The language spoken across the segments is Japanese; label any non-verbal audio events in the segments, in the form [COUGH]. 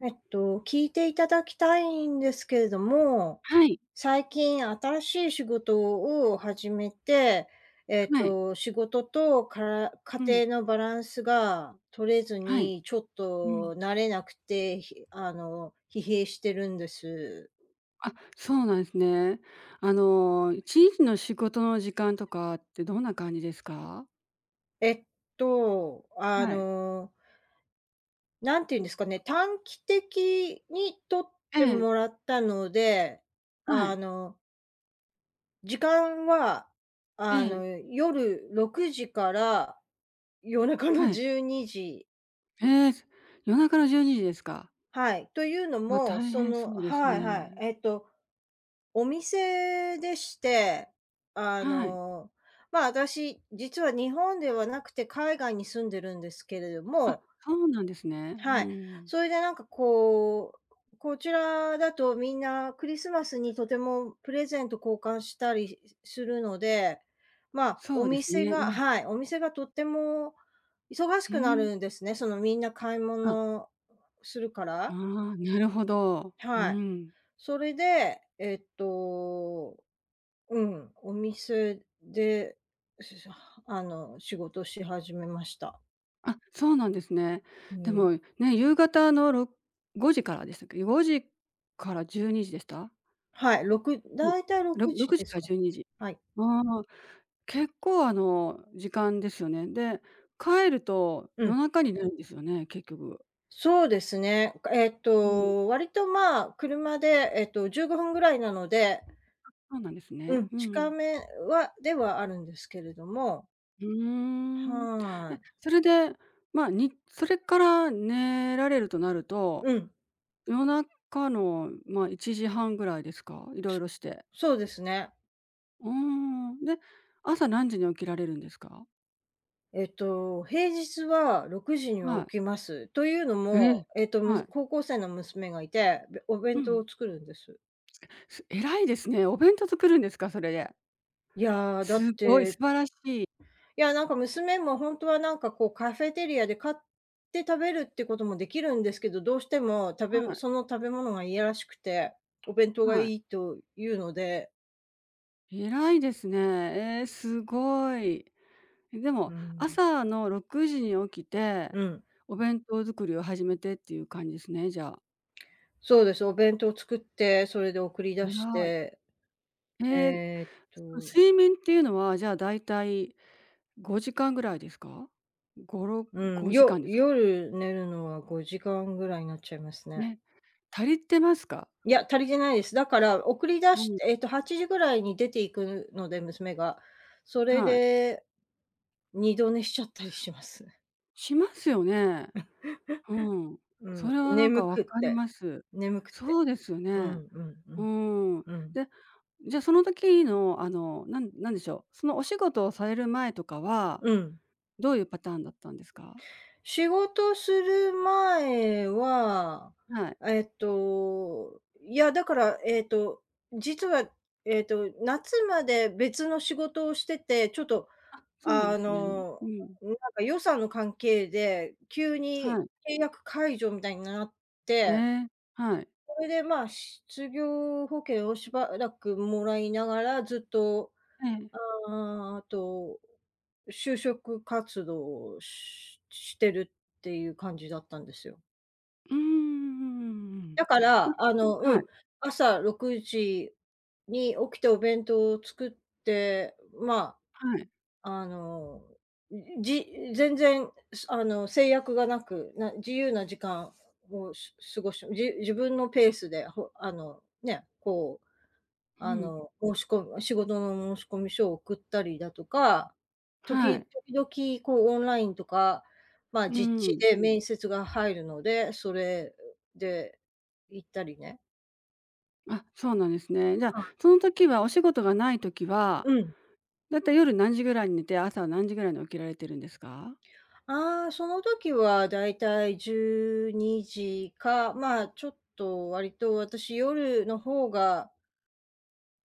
聞いていただきたいんですけれども、はい、最近新しい仕事を始めて、はい。仕事とからうん、家庭のバランスが取れずはい。に、ちょっうん。と慣れなくて、ひあの、疲弊してるんです。あ、そうなんですね。1日の仕事の時間とかってどんな感じですか？えっと、あはい。の、なんて言うんですかね、短期的に取っえてえ、もらったので、はあい。の時間は、ええ、夜6時から夜中のはい。12時。ええ、夜中の12時ですか。はい。というのわ、も、大変そうですね。お店でして、あはい。の、まあ、私、実は日本ではなくて海外に住んでるんですけれどあ、も。そうなんですね。うはい。ん。それでこちらだとみんなクリスマスにとてもプレゼント交換したりするので、まあ、そうですね。うん。お店がとっても忙しうくなん。るんですね。そのみんな買いあ、物するかあら。あ、なるほど。うはい。ん。それで、お店で、しあの、仕事し始めました。あ、そうなんですね。うでん。も、ね、夕方の5時からでしたっけ？5時から12時でした？はい、6ね、たい6時6時ですからか。12時。はい。ああ、結構、時間ですよね。で、帰るとう夜ん。中になるんですよね、結局。そうですね。うん、割と、まあ、車で、15分ぐらいなので、そうなんですうね。ん、う近ん。めはではあるんですけれども、うーん。え、はい。それで、それから寝られるとなると、うん。夜中の、ま、1時半ぐらいですか？いろいそろして。そうですね。うーん。で、朝何時に起きられるんですか？えっと、平日は6時にははい。起きます。というのええ。も、はい。高校生の娘がいて、おう弁当ん。を作るんです。偉いですね。お弁当作るんですか？それで。いやー、だっすごい、素て晴らしい。いや、なんか娘も本当はカフェテリアで買って食べるってこともできるんですけど、どうしてもはい食べ物が嫌らしくて、お弁当がはい。いいというので、偉いですね。ええ、すごい。え、でうも、ん。朝の6時に起きて、うん、お弁当作りを始めてっていう感じですね、じゃあ。そうです。お弁当作って、それで送り出偉しい。て、ええ、えーっと、睡眠っていうのは、じゃあ、だいたい5時間ぐらいですか？5、ごろ5時間ですか？夜寝るのは5時間ぐらいになっちゃいますね。ね。足りてますか？いや、足りてないです。だから送り出うしん、て8時ぐらいに出ていくので、娘が。それはい。で、二度寝しちゃったりします。しますよね。うん。うそん、れはなんか眠く分っかりてます。眠くっそて。うですようね。んうんううん。ーん。うん。で、じゃ、その時のなんなんでしょう、そのお仕事をされる前とかは、うん。どういうパターンだったんですか？仕事する前は、はい。えっと、いや、だから、えっと、実は、夏まで別の仕事をしてて、ちょっと、あ、そうなんであすね。の、うん。なんか予算の関係で、急はにい。契約解除みたいになっえて、え、はい。それで、まあ、失業保険をしばらくもらいながらずっとええ。あーあと、就職活動をしてるっていう感じだったんですよ。うーん、うんうんうんうん。だかまら、はい、朝6時に起きてお弁当を作って、まはい。あ、あの、じ全然、すあの、制約がなく、自由な時間を過ごし、自分のペースで、ほあの、ね、こううあん。の、申し込み仕事の申し込み書を送ったりだとか、はい。時々こうオンラインとか、まあ、うー実地ん。で面接が入るので、それで行ったりね。あ、そうなんですね。じゃあ、はい。その時はお仕事がない時は、うん。だいたい夜何時ぐらいに寝て、朝は何時ぐらいに起きられてるんですか？ああ、その時はだいたい12時か、まあ、ちょっと割と私夜の方が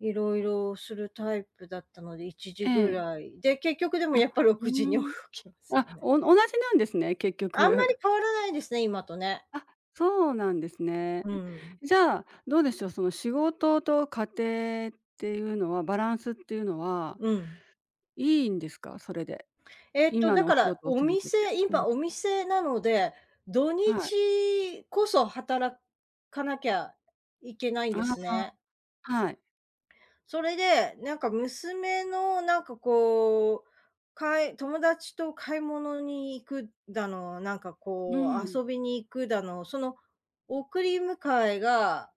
いろいろするタイプだったので1時えぐえ。らいで、結局でもやっぱう6時に起ーん。きますよあ、ね。お同じなんですね、結あんま局。り変わ [LAUGHS] らないですね、今とね。あ、そうなんですね。うん。じゃあ、どうでしょう、その仕事と家庭っていうのは、バランスっていうのは、うん。いいんですか？それで。今だのおか仕ら、事をされてて。うん。今お店なので、土はい。日こそ働かなきゃいけないんですあね。あ、はい。それで、娘の友達と買い物に行くだの、うん。遊びに行くだの、その送り迎えが、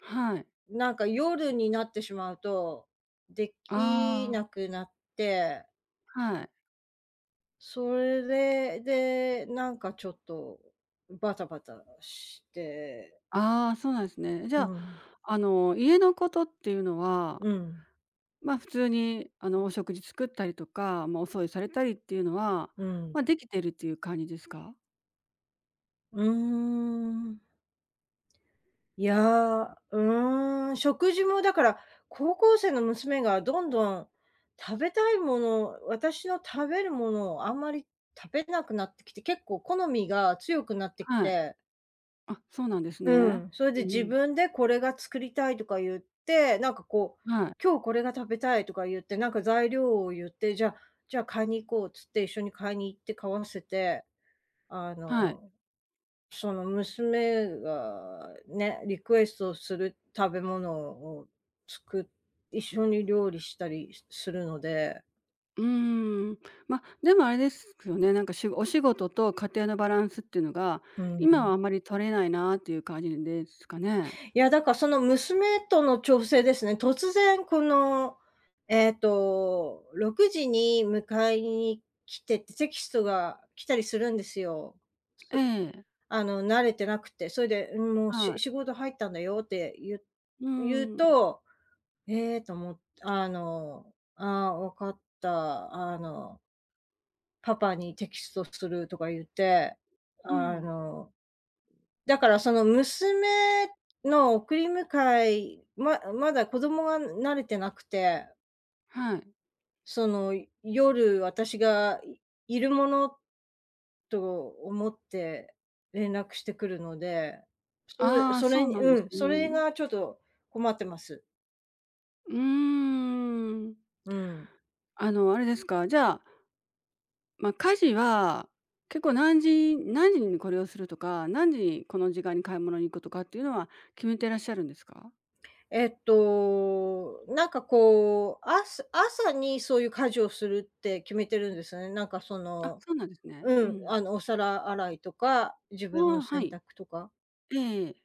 はい。夜になってしまうと、できああ、なくなって、はい。それで、ちょっとバタバタして、ああ、そうなんですね。じゃうあ、ん。あの、家のことっていうのは、うん。ま、普通に、あの、お食事作ったりとか、ま、お掃除されたりっていうのは、うん。ま、できてるっていう感じですか？うーん。いや、うーん、食事もだから、高校生の娘がどんどん食べたいもの、私の食べるものをあんまり食べなくなってきて、結構好みが強くなってきはい。て、あ、そうなんですうね。ん、それでう自ん。分でこれが作りたいとか言って、はい。今日これが食べたいとか言って、なんか材料を言って、じゃあ買いに行こうっつって一緒に買いに行って買わせて、あはい。の、その娘がね、リクエストする食べ物を作っ一緒に料理したりするので、うーん。ま、でもあれですよね、なんか、お仕事と家庭のバランスっていうのが、う今はん。あんまり取れないなっていう感じですかね？いや、だからその娘との調整ですね。突然この、6時に迎えに来てってテキストが来たりするんですよ。ええ、慣れてなくて。それで、うん、もう、はい。仕事入ったんだよって言うう言うん。と、ええと思って、ああ、わかった、パパにテキストするとか言って、うあん。のだからその娘の送り迎え、まだ子供が慣れてなくて、はい。その夜私がいるものと思って連絡してくるので、それああ、そそれうになんでうすん、それね。がちょっと困ってます。うーん。うん。あの、あれですか、じゃあ、家事は、結構何時何時にこれをするとか、何時にこの時間に買い物に行くとかっていうのは決めてらっしゃるんですか？えっと、なんかこう、あす朝にそういう家事をするって決めてるんですね。あ、そうなんですね。うん。お皿洗いとか、自あ分のあ、は洗い。濯とか。えええ。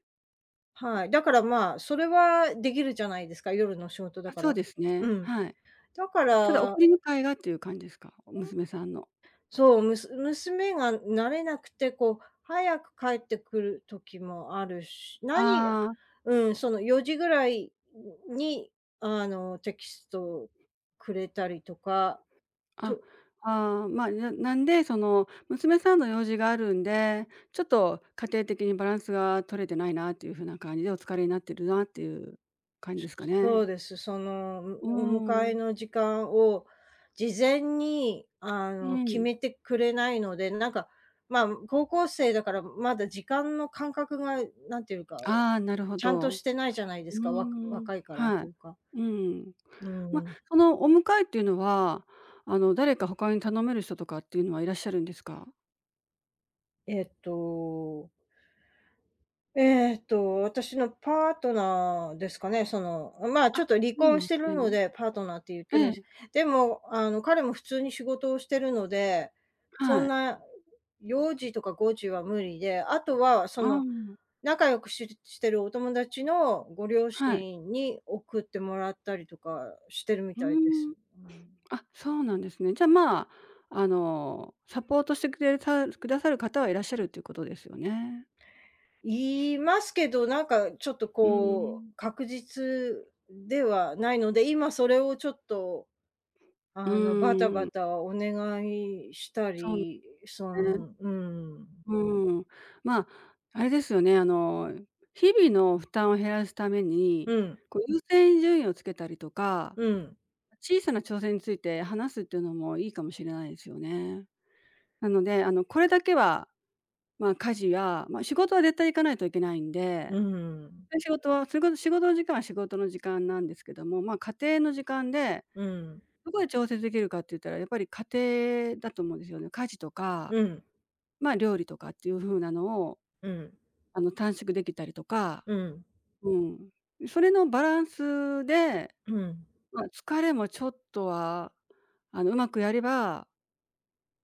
はい。だから、まあ、それはできるじゃないですか、夜の仕事だあ、かそうら。ですうね、ん。はい。だかただ送ら、り迎えがっていう感じですか？娘さんの。そう、娘が慣れなくて、早く帰ってくる時もあるし、何ああ。うん、その4時ぐらいに、テキストをくれたりとか、あ、とああ、なんで、その、娘さんの用事があるんで、ちょっと家庭的にバランスが取れてないなっていう風な感じでお疲れになってるなっていう感じですかそね。うです。その、うーお迎えん。の時間を事前に、う決ん。めてくれないので、まあ、高校生だから、まだ時間の感覚が、なんていうか、ああ、なるほちゃんとど。してないじゃないでうーすか、ん、若いからはとい。いうか。うん。うまあ、ん。そのお迎えっていうのは、あの、誰か他に頼める人とかっていうのはいらっしゃるんですか？えっと私のパートナーですかね、その、まあ、あ、ちょっとそ離うな婚んしでてするのね。で、パートナーって言っえてるんし、え、でも、彼も普通に仕事をしてるので、そはんい。な幼児とか5児は無理で、あとはそああ、の、仲良くしてるお友達のご両はい。親に送ってもらったりとかしてるみうーたいです。ん。うん。あ、そうなんですね。じゃ、まあ、あの、サポートしてくださる方はいらっしゃるということですよね。言いますけど、なんかちょっとうこう、ん。確実ではないので、今それをちょっとうバタバん、タお願いしたそうね。り、ん、うん。まあ、あれですよね、あの、日々の負担を減らすために、うん。こう優先順位をつけたりとか、うん。小さな挑戦について話すっていうのもいいかもしれないですよね。なので、あの、これだけは、まあ、家事や、まあ、仕事は絶対行かないといけないんでうん。で、仕事は仕事の時間なんですけども、まあ、家庭の時間で、うん。どこで調節できるかって言ったら、やっぱり家庭だと思うんですよね。家事とか、うん。まあ、料理とかっていう風なのを、うん。あの、短縮できたりとか、うん。うん。それのバランスで、うん。まあ、疲れもちょっとは、あの、うまくやれば、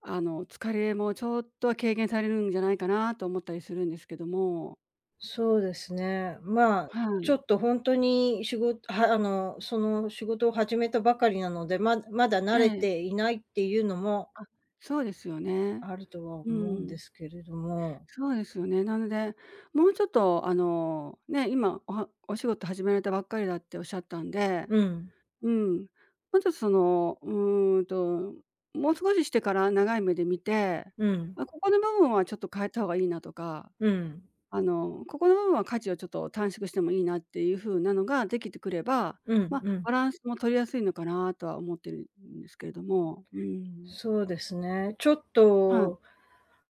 あの、疲れもちょっとは軽減されるんじゃないかなと思ったりするんですけども。そうですね。まあ、はちょい。っと本当に仕事はその仕事を始めたばかりなので、まだえ慣れえ。ていないっていうのもあ、そうですよね。あるとはう思うんでん。すけれども。そうですよね。なので、もうちょっとあの、ね、今お仕事始められたばっかりだっておっしゃったんで、うん。うん、もうちょっとその、うーんと、もう少ししてから長い目で見て、うん。あ、ここの部分はちょっと変えた方がいいなとか、うん。あの、ここの部分は価値をちょっと短縮してもいいなっていう風なのができてくれば、うんまあ、うん。バランスも取りやすいのかなとは思ってるんですけれども、うん。そうですね。ちょっはい。と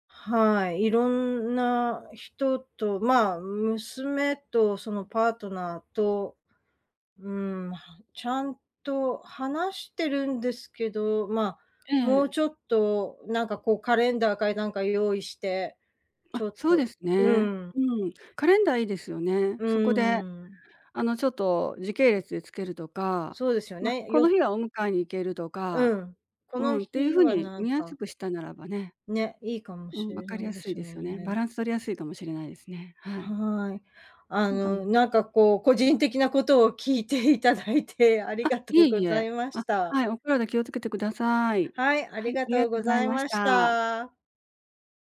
はい、いろんな人と、まあ、娘とそのパートナーと、うーん、ちゃんと話してるんですけど、まあ、もうえちえょっとなんかこうカレンダーかなんか用意して、あ、ちょっそうとですうね。ん、うん、カレンダーいいですよね。うそこで、ーん、あの、ちょっと時系列でつけるとか、そうですよま、ね。この日はお迎えに行けるとか、うん、こうのん、っていう日風はになん見やすか、くしたならばね、ね、いいかもうしん、分れかなりいやですいすでよすよね。ね。バランス取りやすいかもしれないですね。はい。はい。なんか、うん、個人的なことを聞いていただいてありあ、がいとえうごいざえ。いまあ、した。はい、お体気をつけてください。はい、あはりい、がありがとうとうごござざいいましました。た。